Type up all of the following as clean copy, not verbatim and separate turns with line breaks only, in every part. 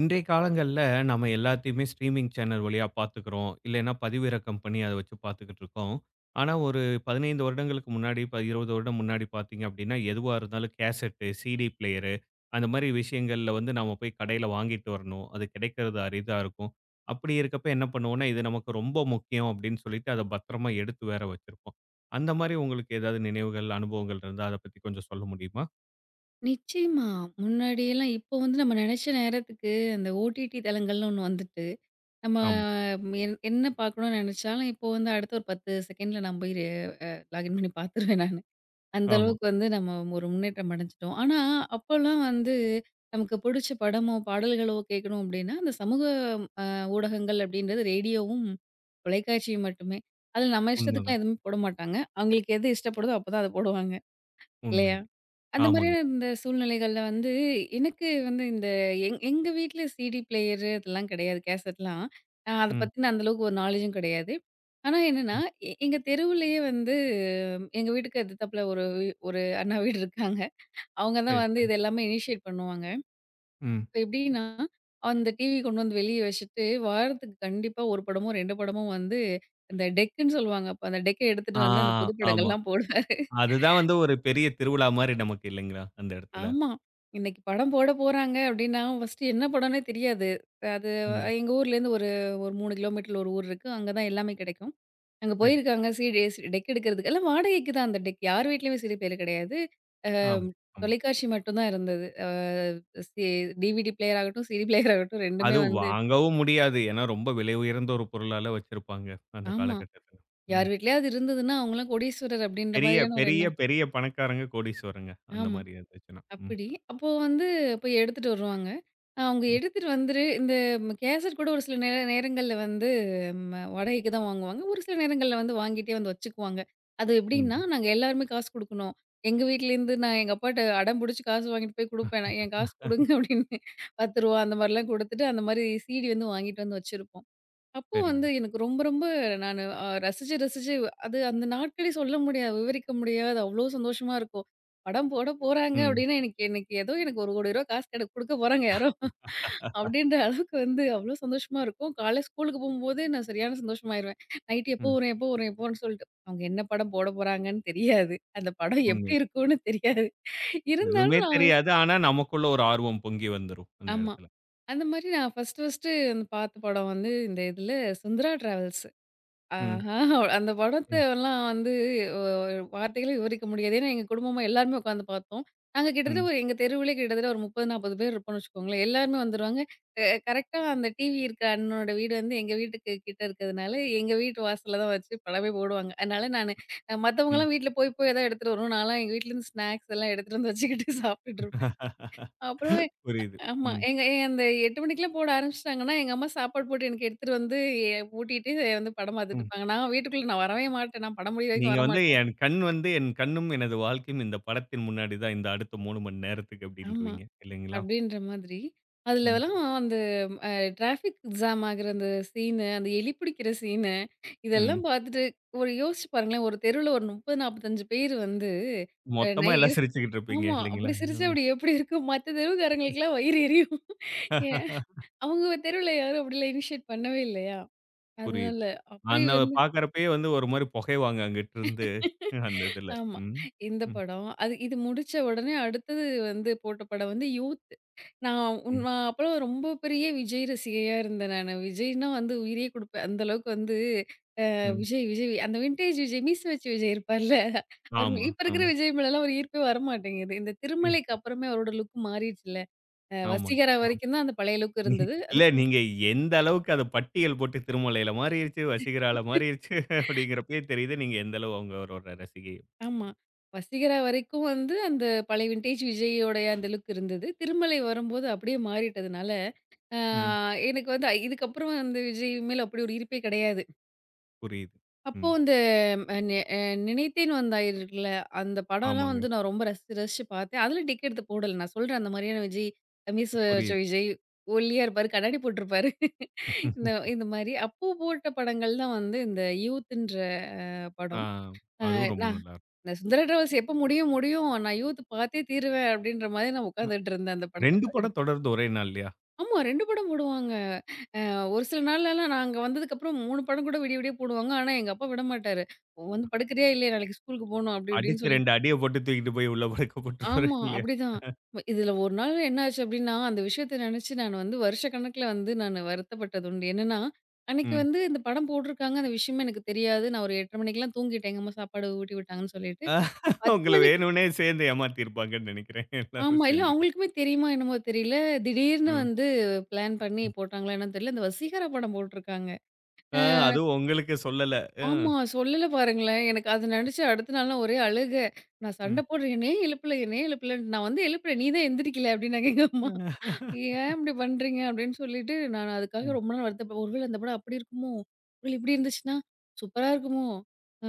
இன்றைய காலங்கள்ல நம்ம எல்லாத்தையுமே ஸ்ட்ரீமிங் சேனல் வழியா பார்த்துக்கிறோம். இல்லைன்னா பதிவிறக்கம் பண்ணி அத வச்சு பார்த்துக்கிட்டு இருக்கோம். ஆனா ஒரு 15 வருடங்களுக்கு முன்னாடி, 20 வருடம் முன்னாடி பார்த்தீங்க அப்படின்னா, எதுவா இருந்தாலும் கேசெட்டு, சிடி பிளேயரு அந்த மாரி விஷயங்கள்ல வந்து நாம போய் கடையில வாங்கிட்டு வரணும். அது கிடைக்கிறது அரிதா இருக்கும். அப்படி இருக்கப்ப என்ன பண்ணுவோம்னா, இது நமக்கு ரொம்ப முக்கியம் அப்படின்னு சொல்லிட்டு அத பத்திரமா எடுத்து வேற வச்சிருப்போம். அந்த மாரி உங்களுக்கு ஏதாவது நினைவுகள், அனுபவங்கள் இருந்தா அத பத்தி கொஞ்சம் சொல்ல முடியுமா?
நிச்சயமா. முன்னாடியெல்லாம் இப்போ வந்து நம்ம நெனச்ச நேரத்துக்கு அந்த ஓடிடி தளங்கள்னு ஒண்ணு வந்துட்டு, நம்ம
ஆமா,
என்ன பார்க்கணும்னு நெனச்சாலும், இப்போ வந்து அடுத்த ஒரு 10 செகண்ட்ல நான் போய் லாகின் பண்ணி பார்த்துருவேன் நானு. அந்த
ஆமா.
அளவுக்கு வந்து நம்ம ஒரு முன்னேற்றம் அடைஞ்சுட்டோம். ஆனா, அப்போலாம் வந்து நமக்கு புடிச்ச படமோ, பாடல்களோ கேட்கணும் அப்டின்னா, அந்த சமூக அ ஊடகங்கள் அப்டின்றது ரேடியோவும், தொலைக்காட்சியும் மட்டுமே. அதுல நம்ம இஷ்டத்துக்குலாம்
உண்மதான்.
எதுவுமே போட மாட்டாங்க. அவங்களுக்கு எது இஷ்டப்படுதோ அப்பதான் அத போடுவாங்க. இல்லையா?
உண்மையிலே.
அந்த
ஆமாங்க.
மாதிரியான இந்த சூழ்நிலைகள்ல வந்து, எனக்கு வந்து இந்த எங்க வீட்ல சிடி பிளேயரு அதெல்லாம் கிடையாது. கேசட்லாம். அத
ம்.
பத்தின அந்த அளவுக்கு ஒரு நாலேஜும் கிடையாது. ஆனா என்னன்னா, எங்க தெருவுலயே வந்து எங்க வீட்டுக்கு எதித்தாப்புல ஒரு அண்ணா வீடு இருக்காங்க. அவங்க தான்
சரி,
வந்து
சரி.
இது எல்லாமே இனிஷியேட் பண்ணுவாங்க.
ம்.
இப்ப எப்படின்னா, அந்த டிவி கொண்டு வந்து வெளிய வச்சுட்டு, வாரத்துக்கு கண்டிப்பா 1 படமோ, 2 படமோ வந்து இந்த டெக்குன்னு சொல்லுவாங்க. அப்ப அந்த டெக்க எடுத்துட்டு
ஆ,
வந்து அந்த புது
ஆமா.
படங்கள்லாம் போடுவாங்க.
அதுதான் வந்து ஒரு பெரிய திருவிழா மாரி நமக்கு இல்லைங்களா? அந்த இடத்துல.
ஆமா. இன்னைக்கு படம் போட போறாங்க அப்படின்னா, ஃபர்ஸ்ட்டு என்ன படம்னே தெரியாது. அது
ம்.
எங்க ஊர்லேருந்து ஒரு ஒரு 3 கிலோமீட்டர்ல ஒரு ஊர் இருக்கு. அங்க தான் எல்லாமே கிடைக்கும். அங்க
சரி.
போயிருக்காங்க சிடி டெக் எடுக்கிறதுக்கு. எல்லாம் வாடகைக்கு தான் அந்த டெக். யார் வீட்லயுமே சிடி பிளேயர் கிடையாது.
ஆமா, ஆமா.
தொலைக்காட்சி மட்டும் தான் இருந்தது. அ சி டிவிடி பிளேயர் ஆகட்டும், சிடி பிளேயர் ஆகட்டும் 2மே
அது
வந்து
வாங்கவும் முடியாது. ஏன்னா, ரொம்ப விலை உயர்ந்த ஒரு பொருளால வச்சிருப்பாங்க. அந்த
ஆமா.
காலகட்டத்துல. ம்.
யார் வீட்லயாவது இருந்ததுன்னா, அவங்கலாம் கோடீஸ்வரர் அப்படின்ற
பெரிய,
மாதிரியான ஒரு
பெரிய,
எண்ணம்.
பெரிய பணக்காரங்க, கோடீஸ்வரங்க. அந்த
ஆமா.
மாரி இருந்துச்சுன்னா. ம்.
அப்படி. அப்போ வந்து போய் எடுத்துட்டு வருவாங்க. அவங்க
ம்.
எடுத்துட்டு வந்துரு இந்த கேசட் கூட ஒரு சில நேரங்கள்ல வந்து வாடகைக்கு தான் வாங்குவாங்க. ஒரு சில நேரங்கள்ல வந்து வாங்கிட்டே வந்து வச்சுக்குவாங்க. அது எப்படின்னா,
உண்ம.
நாங்க எல்லாருமே காசு குடுக்கணும். எங்க வீட்லேருந்து நான் எங்க அப்பாட்ட அடம் புடிச்சு காசு வாங்கிட்டு போய் குடுப்பேன். நான் என் காசு குடுங்க அப்படின்னு ரூ. 10 அந்த மாரிலாம் குடுத்துட்டு, அந்த மாரி சீடி வந்து வாங்கிட்டு வந்து வச்சிருப்போம். அப்போ
சரிங்க.
வந்து எனக்கு ரொம்ப ரொம்ப நானு அ ரசிச்சு, ரசிச்சு அது அந்த நாட்களே சொல்ல முடியாது, விவரிக்க முடியாது. அவ்ளோ சந்தோஷமா இருக்கும். படம் போட போறாங்க
ம்.
அப்டின்னா, எனக்கு எனக்கு ஏதோ எனக்கு ரூ. 1,00,00,000 காசு குடுக்க போறாங்க யாரோ அப்டின்ற அளவுக்கு வந்து அவ்ளோ சந்தோஷமா இருக்கும். காலைல ஸ்கூலுக்கு போம்போது நான் சரியான சந்தோஷமாயிருவேன். நைட்டு எப்போ
ம்.
வரும், எப்போ வரும், எப்போ வரும்ன்னு சொல்ட்டு. அவங்க என்ன படம் போட போறாங்கன்னு தெரியாது. அந்த படம்
உண்மை.
எப்டி இருக்கும்னு தெரியாது.
எதுவுமே
இருந்தாலும் நான்
தெரியாது. ஆனா, நமக்குள்ள ஒரு ஆர்வம் பொங்கி வந்துரும். அந்த
ஆமா.
இடத்துல.
அந்த மாரி நான் ஃபர்ஸ்ட்டு அந்த பார்த்த படம் வந்து இந்த இதுல சுந்தரா டிராவல்ஸ்.
ம்.
ஆஹா! அந்த
ம்.
படத்தெல்லாம் வந்து ஒ வார்த்தைகளே விவரிக்க முடியாது. ஏன்னா, எங்க குடும்பமா எல்லாருமே உட்காந்து பார்த்தோம். நாங்க கிட்டத்தட்ட
ம்.
ஒரு எங்க தெருவிலே கிட்டத்தட்ட ஒரு 30, 40 பேர் இருப்போம்னு வச்சுக்கோங்களேன். எல்லாருமே வந்துருவாங்க. கரெக்ட்டா அந்த டிவி இருக்கிற அண்ணனோட வீடு வந்து எங்க வீட்டுக்கு கிட்ட இருக்கிறதுனால, எங்க வீட்டு வாசல்ல தான் வச்சு படமே போடுவாங்க. அதனால நானு அ
ம்.
மத்தவங்கலாம் வீட்ல போய் போய் ஏதாவது எடுத்துட்டு வரணும். நான்லாம் எங்க வீட்லேருந்து ஸ்நாக்ஸ் எல்லாம் எடுத்துட்டு வந்து வச்சுக்கிட்டு சாப்பிட்டுட்டு இருப்பேன். அப்புறம்
புரியுது.
ஆமா.
ம்.
எங்க எ அந்த 8 மணிக்கெல்லாம் போட ஆரம்பிச்சுட்டாங்கன்னா, எங்க அம்மா சாப்பாடு போட்டு எனக்கு எடுத்துட்டு வந்து எ ஊட்டிட்டு வந்து படம் பார்த்துட்டு
ம்.
இருப்பாங்க. நான் வீட்டுக்குள்ள நான் வரவே மாட்டேன். நான் படம் முடியிற வரைக்கும்
நீங்க வந்து
வரமாட்டேன்.
என் கண் வந்து என் கண்ணும் எனது வாழ்க்கையும் இந்த படத்தின் முன்னாடி தான் இந்த அடுத்த 3 மணி நேரத்துக்கு
ஆமா.
அப்படின்றுவீங்க இல்லைங்களா?
அப்படின்ற மாதிரி.
ம்,
அதுலலாம் அந்த அ டிராஃபிக் எக்ஸாம் ஆகுற அந்த சீனு, அந்த எலி பிடிக்கிற சீனு, இதெல்லாம்
ம்.
பார்த்துட்டு ஒரு யோசிச்சு பாருங்களேன், ஒரு தெருவுல ஒரு 30, 45 பேர் வந்து அ நை
மொத்தமா எல்லாம்
இரு-
சிரிச்சுக்கிட்டு இருப்பீங்க
ஆமா. அப்படி
இல்லைங்களா?
சிரிச்சா அப்படி எப்படி இருக்கும்? மத்த தெருவுக்காரங்களுக்கெல்லாம் வயிறு எரியும். ஏன்
ம்.
அவங்க தெருவுல யாரும் அப்படிலாம் இனிஷியேட் பண்ணவே இல்லையா?
புரியுது.
அதனால அப்படி
அந்த
வந்து
பார்க்கறப்பயே வந்து ஒரு மாரி புகைவாங்க அங்கிட்டு இருந்து அந்த இதுல.
ஆமா.
ம்,
இந்த
ம்,
படம். அது இது முடிச்ச உடனே அடுத்தது வந்து போட்ட படம் வந்து யூத்.
ம்,
நான் அப்பலாம் ரொம்ப பெரிய விஜய் ரசிகையா இருந்தேன் நானு. விஜய்னா வந்து உயிரையே குடுப்பேன். அந்த அளவுக்கு வந்து அ
ம்.
விஜய், விஜய் வி- அந்த வின்டேஜ் விஜய், மீச வச்ச விஜய் இருப்பார்ல. அவர்
ஆமா,
இப்ப இருக்கிற
ஆமா.
விஜய் மேலலாம் ஒரு ஈர்ப்பே வரமாட்டேங்குது. இந்த
எ
திருமலைக்கு அப்புறமே அவரோட லுக் மாறிடுச்சுல்ல.
ஆமாங்க.
வசீகரா
ஆமா.
வரைக்கும் தான் அந்த பழைய லுக்
நீ-
இருந்தது.
இல்ல நீங்க எந்த அளவுக்கு அத பட்டியல் போட்டு திருமலையில மாறிருச்சு, வசீகரால மாறிருச்சு அப்படிங்கிறப்பயே தெரியுது நீங்க எந்த அளவு அவங்களோட ரசிகை.
ஆமா. வசீகரா வரைக்கும் வந்து அந்த பழைய வின்டேஜ் விஜய்யோடைய அந்த லுக் இருந்தது. திருமலை வரும்போது அப்படியே மாறிட்டதுனால, அ
ம்.
எனக்கு வந்து இதுக்கப்புறம் அந்த விஜய் மேல அப்படி ஒரு ஈர்ப்பே கிடையாது.
புரியுது.
அப்போ
ம்.
அந்த அ நெ அ நினைத்தேன் வந்தாய் இருக்குல்ல, அந்த படம்லாம்
ஆமாங்க.
வந்து நான் ரொம்ப ரசிச்சு ரசிச்சு பார்த்தேன். அதுல டிக்கெட் எடுத்து போடல. நான் சொல்றேன் அந்த மாரியான விஜய், மீச வச்ச
புரியுது.
விஜய், ஒல்லியா இருப்பாரு, கண்ணாடி போட்டிருப்பாரு. இந்த இந்த மாரி. அப்போ போட்ட படங்கள் தான் வந்து இந்த யூத்ன்ற
ஆ,
படம். அ
அதுவும் ரொம்ப
நான்
நல்லாருக்கும்.
இந்த சுந்தர டிராவல்ஸ் எப்ப முடியும், முடியும். நான் யூத் பார்த்தே தீருவேன் அப்படின்ற மாரி நான் உட்காந்துட்டு இருந்தேன் அந்த படத்த
2 படம்
பார்க்கறதுக்கு.
தொடர்ந்து ஒரே நாள்லயா?
ஆமா 2 படம் போடுவாங்க. அ ஒரு சில நாள்லலாம் நாங்க வந்ததுக்கப்புறம் 3 படம் கூட விடிய விடிய போடுவாங்க. ஆனா எங்க அப்பா விடமாட்டாரு. வந்து படுக்கிறியா இல்லையா நாளைக்கு ஸ்கூலுக்கு போணும் அப்படி இப்படின்னு
அடிச்சு
சொல்லி
2 அடிய போட்டு தூக்கிட்டு போய் உள்ள படுக்க போட்டுருவாரு
ஆமா
இல்லையா?
அப்படிதான். இதுல ஒரு நாள் என்ன ஆச்சு அப்படின்னா, அந்த விஷயத்த நினைச்சு நான் வந்து வருஷக்கணக்குல வந்து நான் வருத்தப்பட்டது உண்டு. என்னன்னா, அன்னைக்கு
ம்.
வந்து இந்த படம் போட்டிருக்காங்க. அந்த விஷயமே எனக்கு தெரியாது. நான் ஒரு 8:30 மணிக்கெல்லாம் தூங்கிட்டேன். எங்க அம்மா சாப்பாடு ஊட்டி விட்டாங்கன்னு சொல்லிட்டு. 10
உங்கள
மணிக்கு
வேணும்னே சேர்ந்து ஏமாத்தியிருப்பாங்கன்னு நெனைக்கிறேன். எல்லாரும்
ஆமா. இல்ல
சேர்ந்து.
அவங்களுக்குமே தெரியுமா என்னமோ தெரியல. திடீர்னு
ம்.
வந்து பிளான் பண்ணி
ம்.
போட்டாங்களா என்னன்னு தெரியல. இந்த வசீகரா படம் போட்டுருக்காங்க. அ
ஆ, அதுவும் உங்களுக்கு சொல்லல. அ.
ஆமா. சொல்லல பாருங்களேன். எனக்கு அது நினச்சு அடுத்த நாள்லாம் ஒரே அழுக. நான் சண்ட
ம்.
போடுறேன். என்னையே எழுப்பல, என்னையே எழுப்பலன்ட்டு. நான் வந்து எழுப்புறேன். நீ தான் எந்திரிக்கல அப்டின்னாங்க எங்க அம்மா.
ம்.
"ஏன் இப்படி பண்றீங்க?" அப்படின்னு சொல்லிட்டு நான் அதுக்காக
ம்.
ரொம்ப நாள் ஒருவேளை அந்த படம் அப்படி இருக்குமோ? ஒருவேளை இப்படி இருந்துச்சுன்னா, சூப்பரா இருக்குமோ? அ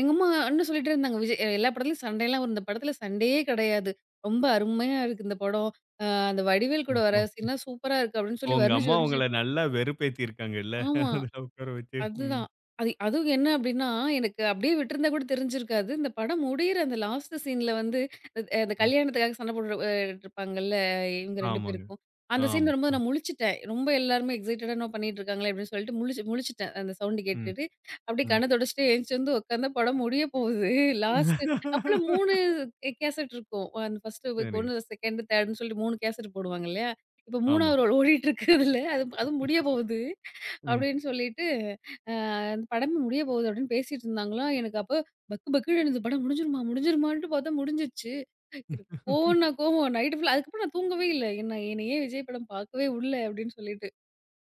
எங்க அம்மா இன்னும் சொல்லிட்டே இருந்தாங்க. விஜய் எல்லா படத்துலயும் சண்டைலாம் வரும். இந்த படத்துல சண்டையே கிடையாது. ரொம்ப அருமையா இருக்கு இந்த படம். அ அந்த வடிவேல் கூட வர
ம்.
சீன்லாம் சூப்பரா இருக்கு அப்படின்னு சொல்லி
உங்க
வர்ணிச்சு,
அம்மா
வர்ணிச்சு
உங்கள நல்லா வெறுப்பேத்திருக்காங்கல்ல.
ஆமா.
அதுல உட்கார வச்சு. ம்.
அதுதான். அதுவும் என்ன அப்டின்னா, எனக்கு அப்டியே விட்டிருந்தா கூட தெரிஞ்சிருக்காது. இந்த படம் முடியிற அந்த லாஸ்ட் சீன்ல வந்து அந்த
ம்.
கல்யாணத்துக்காக சண்டை போட்டு இருப்பாங்கல்ல இவங்க 2
ஆமாங்க.
பேருக்கும். அந்த சீன்
ஆமா.
வரும்போது நான் முழிச்சுட்டேன். ரொம்ப எல்லாருமே எக்ஸைட்டடா என்னமோ பண்ணிட்டுருக்காங்களே அப்டின்னு சொல்லிட்டு முழிச்சு முழிச்சுட்டேன். அந்த சவுண்ட்
ம்.
கேட்டுட்டு. அப்டியே
ம்.
கண்ண தொடச்சுட்டு எந்திரிச்சு வந்து உட்காந்தா படம் முடிய போகுது. லாஸ்ட் அப்பலாம் 3 கேசட் இருக்கும். அந்த ஃபர்ஸ்ட் வீக்
சரி.
1, செகண்ட், தேர்ட்ன்னு சொல்லிட்டு 3 கேசட் போடுவாங்க இல்லையா? இப்ப
ஆமா.
3வது ரோல் ஓடிட்டு இருக்கு அதுல. அதுவும் முடிய போகுது. அப்படின்னு சொல்லிட்டு, அ அந்த படமே முடிய போகுது அப்படின்னு பேசிட்டு இருந்தாங்களாம். எனக்கு அப்போ பக்கு பக்குன்னு இருந்தது. படம் முடிஞ்சிருமா? முடிஞ்சிருமான்ட்டு பார்த்தா முடிஞ்சிருச்சு. எனக்கு
ம்.
கோவம்னா கோவம். நைட்டு ஃபுல்லா அதுக்கப்புறம் நான் தூங்கவே இல்ல. என்னை ஏன் விஜய் படம் பார்க்கவே உடல அப்படின்னு சொல்லிட்டு.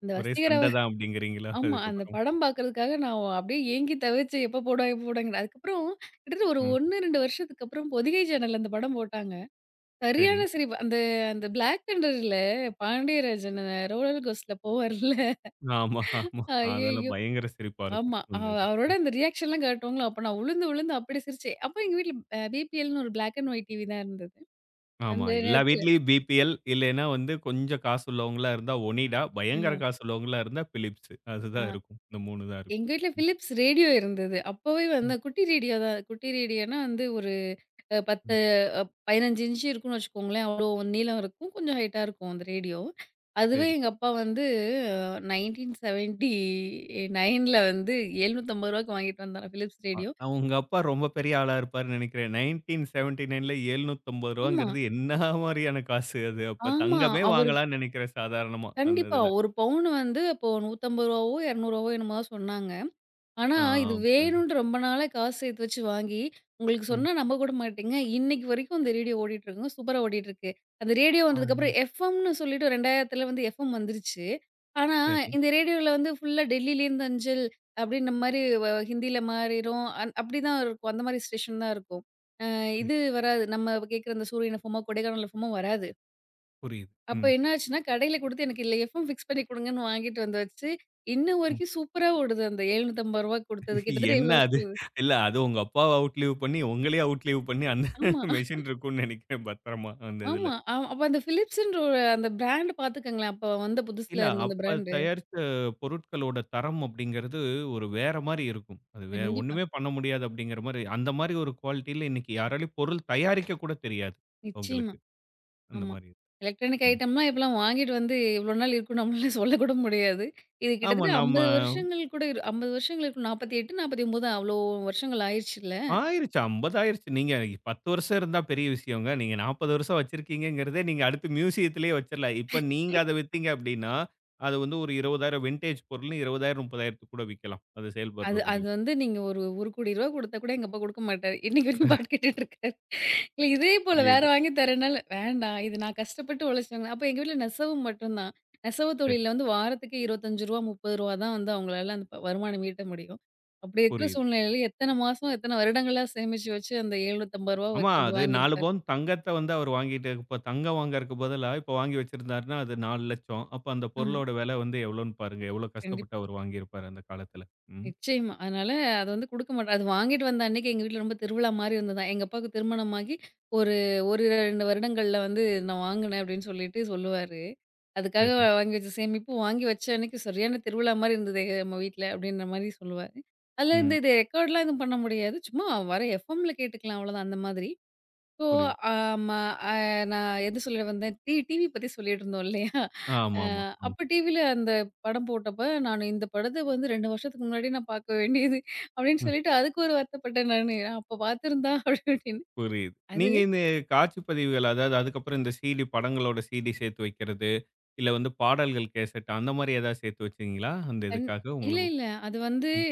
இந்த
ஒரே
வசீகரா
சண்டை தான் அப்படிங்கிறீங்களா?
ஆமா. அந்த
அதுக்கப்புறம்.
படம் பார்க்கறதுக்காக நான் அப்படியே ஏங்கி தவிச்சேன். எப்போ போடுவான்? எப்போ போடுவாங்கன்னு. அதுக்கப்புறம் கிட்டத்தட்ட ஒரு
ம்.
1, 2 வருஷத்துக்கு அப்புறம் பொதிகை சேனல்ல அந்த படம் போட்டாங்க.
சரி.
சரியான சிரிப்பு. அந்த அந்த பிளாக் தண்டர்ல பாண்டியராஜன் ரோலர் கோஸ்ட்ல போவார்ல.
ஆமா, ஆமா. அதெல்லாம்
ஐயய்யோ!
பயங்கர சிரிப்பா இருக்கும்.
ஆமா.
அந்த இது.
அவரோட
ம்.
அந்த ரியாக்ஷன்லாம் காட்டுவாங்களா, அப்ப நான் உழுந்து, உழுந்து அப்படி சிரிச்சேன். அப்ப எங்க வீட்ல பிபிஎல்ன்னு ஒரு பிளாக் அண்ட் ஒயிட் டிவி தான் இருந்தது.
ஆமா.
அந்த
எல்லா
நேரத்துல
வீட்லயும் பிபிஎல் இல்லைன்னா வந்து கொஞ்சம் காசு உள்ளவங்களா இருந்தா ஒனிடா, பயங்கர
ஆ,
காசு உள்ளவங்களா இருந்தா பிலிப்ஸ்.
ஆ
அதுதான் இருக்கும். இந்த 3 தான் இருக்கும்.
எங்க வீட்ல
ம்.
பிலிப்ஸ் ரேடியோ இருந்தது. அப்பவே வந்து
ம்.
குட்டி ரேடியோ தான். குட்டி ரேடியோனா வந்து ஒரு அ
ம்.
10 அ 15 இன்ச் இருக்கும்னு வச்சுக்கோங்களேன். அவ்ளோ நீளம் இருக்கும். கொஞ்சம் ஹைட்டா இருக்கும் அந்த ரேடியோ. அதுவே
சரி.
எங்க அப்பா வந்து அ 1979ல வந்து ரூ. 750க்கு வாங்கிட்டு வந்தாராம் பிலிப்ஸ்
அ,
ரேடியோ.
உங்க அப்பா ரொம்ப பெரிய ஆளா இருப்பாருன்னு நினைக்கிறேன். 1979ல ரூ.
ஆமா,
750ங்கிறது என்ன மாரியான காசு அது? அப்ப
ஆமா.
தங்கமே
அவரு
வாங்கலாம்ன்னு நினைக்கிறேன் சாதாரணமா, அந்த
கண்டிப்பா.
இதுல.
1 பவுன் வந்து அப்போ ரூ. 150வோ, ரூ. 200வோ என்னமோ தான் சொன்னாங்க. ஆனா,
ஆ,
இது
புரியுது.
வேணுன்ட்டு ரொம்ப நாளா காசு சேர்த்து வச்சு வாங்கி, உங்களுக்கு
ம்.
சொன்னா நம்ப கூட மாட்டீங்க. இன்னைக்கு வரைக்கும் அந்த ரேடியோ ஓடிட்டுருக்குங்க. சூப்பரா ஓடிட்டுருக்கு. அந்த ரேடியோ
ஆ,
வந்ததுக்கப்புறம் எஃப்எம்ன்னு சொல்லிட்டு 2000த்துல வந்து எஃப்எம் வந்துருச்சு. ஆனா,
சரி.
இந்த ரேடியோல வந்து ஃபுல்லா டெல்லியிலேருந்து அஞ்சல் அப்படின்ற மாரி ஹிந்தில மாறிரும். அப்படிதான் இருக்கும். அந்த மாரி ஸ்டேஷன் தான் இருக்கும். அ
சரி.
இது வராது. நம்ம கேட்குற அந்த சூரியன் எஃப்எம்மோ, கொடைக்கானல் எஃப்எம்மோ வராது.
புரியுது.
அப்ப
ம்.
என்ன ஆச்சுன்னா, கடையில குடுத்து எனக்கு இதுல எஃப்எம் ஃபிக்ஸ் பண்ணி குடுங்கன்னு வாங்கிட்டு வந்து வச்சு, இன்ன வரைக்கும் சூப்பரா ஓடுது. அந்த ரூ. 750 குடுத்தது. கிட்டத்தட்ட
என்ன
எவ்ளோ
அது?
வருஷம் ஆகுது?
இல்ல அது உங்க அப்பாவ அவுட்லீவ் பண்ணி, உங்களையே அவுட்லீவ் பண்ணி அந்த
ஆமா,
மெஷின் இருக்கும்னு நெனைக்கிறேன் பத்திரமா அந்த இதுல.
ஆமா. அப்ப அந்த பிலிப்ஸ்ன்ற ஒரு அந்த பிராண்ட் பாத்துக்கங்களேன். அப்ப வந்த
இல்ல
புதுசுல இருந்த அந்த
அப்ப
பிராண்டு.
தயாரிச்ச பொருட்களோட தரம் அப்படிங்கிறது ஒரு வேற மாரி இருக்கும். அது வேற
கண்டிப்பா.
ஒண்ணுமே பண்ண முடியாது அப்படிங்கிற மாரி, அந்த மாரி ஒரு குவாலிட்டில இன்னைக்கு யாராலயும் பொருள் தயாரிக்க கூட தெரியாது,
நிச்சயமா.
உங்களுக்கு. அந்த
ஆமா.
மாரி.
எலக்ட்ரானிக்
ம்.
ஐட்டம்லாம் இப்பலாம் வாங்கிட்டு வந்து இவ்ளோ நாள் இருக்கும்னு நம்மளால சொல்லக்கூட முடியாது. இது
ஆமா,
கிட்டத்தட்ட
நம்ம
50 வருஷங்கள் கூட 50 வருஷங்கள் இருக்கும். 48, 49 அவ்ளோ வருஷங்கள் ஆயிருச்சுல்ல.
ஆயிருச்சு. 50 ஆயிருச்சு. நீங்க 10 வருஷம் இருந்தா பெரிய விஷயங்க. நீங்க 40 வருஷம் வச்சிருக்கீங்கங்கிறதே நீங்க அடுத்து மியூசியத்திலேயே வச்சிரலாம். இப்ப நீங்க அத வித்தீங்க அப்டின்னா, அது வந்து ஒரு 20,000 வின்டேஜ் பொருள்னு 20,000 30,000க்கு கூட விக்கலாம். அது செயல்படுற
அது அது
முடியும்.
வந்து நீங்க ஒரு ரூ. 1,00,00,000 குடுத்தா கூட எங்க அப்பா குடுக்க மாட்டாரு. இன்னைக்கு வரைக்கும் பாட்டு கேட்டுட்டு இருக்காரு. இல்ல இதே போல வேற
புரியுது.
வாங்கி தரேனால, வேண்டாம். இது நான் கஷ்டப்பட்டு உழைச்சவங்க. அப்ப எங்க வீட்ல நெசவு மட்டும்தான். நெசவு
சரி,
தொழில்ல வந்து வாரத்துக்கு ரூ. 25 ரூ. 30 தான் வந்து அவங்களால அந்த வருமானம் ஈட்ட முடியும். அப்படி இருக்கிற
புரியுது.
சூழ்நிலையில எத்தன மாசம், எத்தன வருடங்களா சேமிச்சு வச்சு அந்த ரூ. 750
ஆமா,
வச்சு அது
அது 4
வாங்கியிருப்பாரு.
பவுன் தங்கத்த வந்து அவர் வாங்கிட்டு இப்ப தங்கம் வாங்கறக்கு பதிலா, இப்ப வாங்கி வச்சிருந்தாருன்னா, அது 4,00,000 அப்ப அந்த
ஆமா.
பொருளோட விலை வந்து எவ்வளோன்னு பாருங்க. எவ்வளோ
கண்டிப்பா.
கஷ்டப்பட்டு அவர் வாங்கியிருப்பாரு அந்த காலத்துல. ம்.
நிச்சயமா. அதனால அது வந்து குடுக்க மாட்டேன். அது வாங்கிட்டு வந்த அன்னைக்கு எங்க வீட்ல ரொம்ப திருவிழா மாரி இருந்ததாம். எங்க அப்பாவுக்கு திருமணமாகி ஒரு 1, 2 வருடங்கள்ல வந்து நான் வாங்கினேன் அப்படின்னு சொல்லிட்டு சொல்லுவாரு. அதுக்காக
சரி.
வாங்கி வச்ச சேமிப்பு வாங்கி வச்ச அன்னைக்கு சரியான திருவிழா மாரி இருந்தது நம்ம வீட்ல அப்படின்ற மாரி சொல்லுவாரு. அதுல இந்த
ம்.
இது ரெக்கார்ட்லாம் எதுவும் பண்ண முடியாது. சும்மா வர எஃப்எம்ல கேட்டுக்கலாம் அவ்வளோதான் அந்த மாதிரி. இப்போ,
புரியுது.
ஆமா. அ நான் எது சொல்ல வந்தேன்? டிவி பத்தி சொல்லிட்டு இருந்தோம் இல்லையா? அ
ஆமாமா. ஆமா.
அப்ப டிவில அந்த படம் போட்டப்ப, "நான் இந்த படத்த வந்து 2 வருஷத்துக்கு முன்னாடி நான் பார்க்க வேண்டியது" அப்படின்னு
ஆமா,
சொல்லிட்டு அதுக்கு ஒரு வருத்தப்பட்டேன் நானு. "அப்ப பார்த்துருந்தா" அப்படின்னு.
புரியுது.
அது
நீங்க இந்த காட்சி பதிவுகள், அதாவது அதுக்கப்புறம் இந்த சிடி படங்களோட சிடி சேர்த்து வைக்கிறது, இல்ல வந்து பாடல்கள் கேசெட் அந்த மாரி ஏதாவது சேர்த்து வச்சீங்களா? அந்த
கண்
இதுக்காக
இல்ல,
உங்களுக்கு?
இல்ல. அது வந்து
ம்,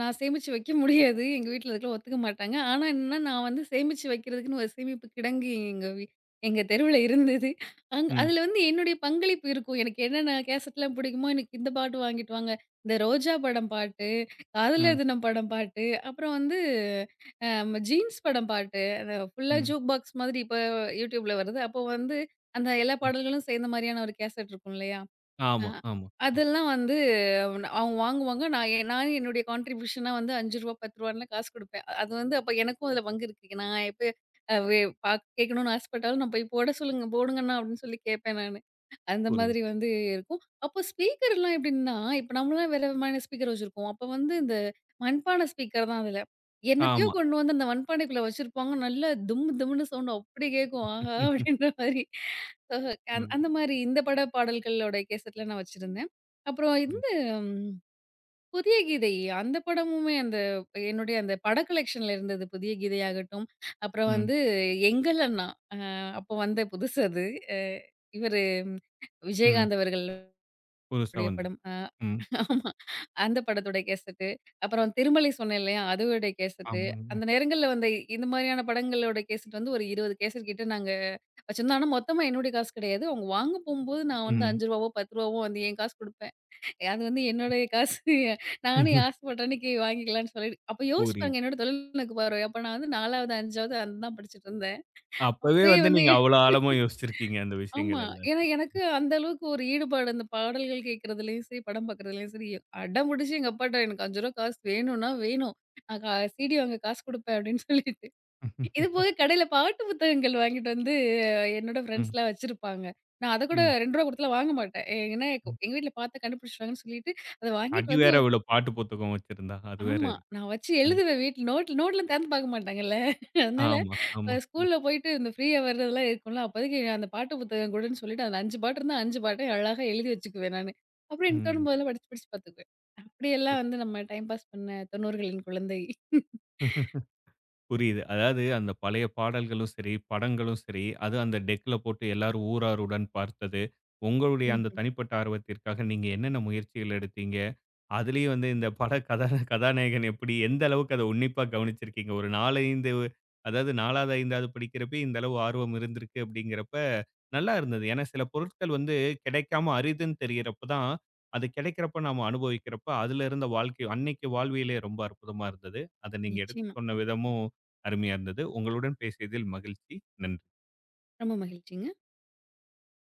நான் சேமிச்சு வைக்க முடியாது. எங்க வீட்ல அதுக்கெல்லாம் ஒத்துக்க மாட்டாங்க. ஆனா என்னன்னா, நான் வந்து சேமிச்சு வைக்கிறதுக்குன்னு ஒரு சேமிப்பு கிடங்கு எங்க தெருவுல இருந்தது.
ம்,
அதுல வந்து என்னுடைய பங்களிப்பு இருக்கும். எனக்கு என்னென்ன கேசட்லாம் பிடிக்குமோ, எனக்கு இந்த பாட்டு வாங்கிட்டு வாங்க. இந்த ரோஜா படம் பாட்டு,
ம்,
காதலர் தினம் படம் பாட்டு, அப்புறம் வந்து ஜீன்ஸ் படம் பாட்டு. அந்த ஃபுல்லா
ம்,
ஜூக் பாக்ஸ் மாதிரி இப்ப YouTubeல வருது. அப்போ வந்து அந்த எல்லா
ம்.
பாடல்களும் சேர்ந்த மாரியான ஒரு கேசட் இருக்கும் இல்லையா? ஆ.
ஆமா, ஆமா. ஆ,
அதெல்லாம் வந்து அவங்க வாங்குவாங்க. நான் எ நானே என்னுடைய கான்ட்ரிபியூஷனா வந்து ரூ. 5 ரூ. 10லாம் காசு குடுப்பேன். அது வந்து அப்ப எனக்கும் அதுல பங்கு இருக்கு. நான் எப்ப அ வே பா கேட்கணும்னு ஆசைப்பட்டாலும் நான் போய் போட சொல்லுங்க, போடுங்கண்ணா அப்படின்னு சொல்லி கேட்பேன் நானு. அந்த மாதிரி
புரியுது.
வந்து இருக்கும். அப்போ ஸ்பீக்கர்லாம் எப்படின்னா, இப்ப நம்மலாம் வேற விதமான ஸ்பீக்கர் வச்சிருக்கோம். அப்ப வந்து இந்த மண்பான ஸ்பீக்கர் தான் அதுல. என்னத்தையோ
ஆமா.
கொண்டு வந்து அந்த மண்பானைக்குள்ள வச்சிருப்பாங்க. நல்லா தும் தும்ன்னு சவுண்ட் அப்படி கேட்கும். ஆஹா!
ம், ம்,
அப்படின்ற மாரி. அஹ அந்
நல்லா
அந்த மாரி இந்த பட பாடல்களோட கேசட்லாம் நான் வச்சிருந்தேன். அப்புறம் இந்த
புரியுது.
புதிய கீதை. அந்த படமுமே அந்த என்னுடைய அந்த பட கலெக்ஷன்ல இருந்தது. புதிய கீதை ஆகட்டும், அப்புறம்
ம்,
வந்து எங்கள் அண்ணா. அ அப்போ வந்த புதுசு அது. அ இவரு ம்,
ம்.
விஜயகாந்த் அவர்களுடைய
புதுசா வந்தது.
படம்.
ம்.
ஆமா. அந்த படத்துடைய கேசெட்டு. அப்புறம் திருமலை சொன்னேன் இல்லையா? அதோடைய கேசெட்டு.
ஆமாங்க.
அந்த நேரங்கள்ல வந்த இந்த மாதிரியான படங்களோட கேசெட் வந்து ஒரு 20 கேசெட் கிட்ட நாங்க வச்சிருந்தோம். ஆனா மொத்தமா என்னுடைய காசு கிடையாது. அவங்க வாங்க போம்போது நான் வந்து ரூ.
ம்.
5வோ, ரூ. 10வோ வந்து என் காசு குடுப்பேன். அது வந்து என்னுடைய காசு. நானும் என் ஆசைப்பட்ட அன்னைக்கு வாங்கிக்கலான்னு சொல்லிட்டு அப்ப யோசிச்சு
புரியுது.
பாருங்க என்னோட தொழில்நுட்ப பார்வை. அப்ப நான் வந்து 4வது, 5வது அதுதான் படிச்சுட்டு இருந்தேன்.
அப்பவே
அப்பயே
வந்து
வந்து
நீங்க அவ்வளோ ஆழமா யோசிச்சிருக்கீங்க அந்த
ஆமா.
விஷயங்கள்
ஏன்னா
எல்லாத்தையும்.
எனக்கு அந்த அளவுக்கு ஒரு ஈடுபாடு அந்த பாடல்கள் கேட்கறதுலயும் சரி, படம் பார்க்கறதுலயும் சரி, அடம்புடிச்சு எங்க அப்பாட்ட எனக்கு ரூ. 5 காசு வேணும்னா வேணும். நான் கா சிடி வாங்க காசு குடுப்பேன் அப்படின்னு சொல்லிட்டு. இது போக கடையில பாட்டு புத்தகங்கள் வாங்கிட்டு வந்து என்னோட
ம்,
ஃப்ரெண்ட்ஸ்லாம் வச்சிருப்பாங்க. நான் அத கூட
ம்,
ரூ. 2 குடுத்துலாம் வாங்க மாட்டேன். ஏன்னா
ம்.
எங்க வீட்ல பார்த்தா கண்டுபிடிச்சுருவாங்கன்னு சொல்லிட்டு, அத வாங்கிட்டு
அடி
வந்து
வேற விழும் பாட்டு புத்தகம் வச்சிருந்தா. அது வேற
ஆமா.
இருக்கு.
நான் வச்சு
ம்.
எழுதுவேன் வீட்ல நோட்லாம் திறந்து பார்க்க மாட்டாங்கல்ல. அதனால
ஆமா, ஆமா. ம்,
ஸ்கூல்ல போயிட்டு இந்த ஃப்ரீ ஹவர் இதெல்லாம் இருக்கும்ல, அப்போதைக்கு அந்த பாட்டு புத்தகம் குடுன்னு சொல்லிட்டு அந்த 5 பாட்டு இருந்தா 5 பாட்டையும் அழகா எழுதி வச்சுக்குவேன் நானு. அப்புறம் எனக்கு
ம்.
தோணும்போதெல்லாம் படிச்சு படிச்சு பார்த்துக்குவேன்.
புரி
அப்படியெல்லாம் வந்து நம்ம டைம் பாஸ் பண்ண 90களின் குழந்தை.
புரியுது. அதாவது அந்த பழைய பாடல்களும் சரி, படங்களும் சரி, அது அந்த டெக்ல போட்டு எல்லாரும் ஊராருடன் பார்த்தது. உங்களுடைய அந்த
ம்ஹ்ம்.
தனிப்பட்ட ஆர்வத்திற்காக நீங்க என்னென்ன முயற்சிகள் எடுத்தீங்க? அதுலயும் வந்து இந்த பட கதா கதாநாயகன் எப்படி எந்த அளவுக்கு அத உன்னிப்பா கவனிச்சிருக்கீங்க? ஒரு 4, 5 அதாவது 4வது, 5வது படிக்கிறப்பயே இந்த அளவு ஆர்வம் இருந்திருக்கு அப்படிங்கிறப்ப, நல்லா இருந்தது. ஏன்னா சில பொருட்கள் வந்து கிடைக்காம அரிதுன்னு தெரியிறப்ப தான், அது கிடைக்கிறப்ப நாம அனுபவிக்கிறப்ப, அதுல இருந்த வாழ்க்கை அன்னைக்கு வாழ்வியலே ரொம்ப அற்புதமா இருந்தது. அத நீங்க எடுத்து
நிச்சயமா.
சொன்ன விதமும் அருமையா இருந்தது. உங்களுடன் பேசியதில் மகிழ்ச்சி. நன்றி.
ரொம்ப மகிழ்ச்சிங்க.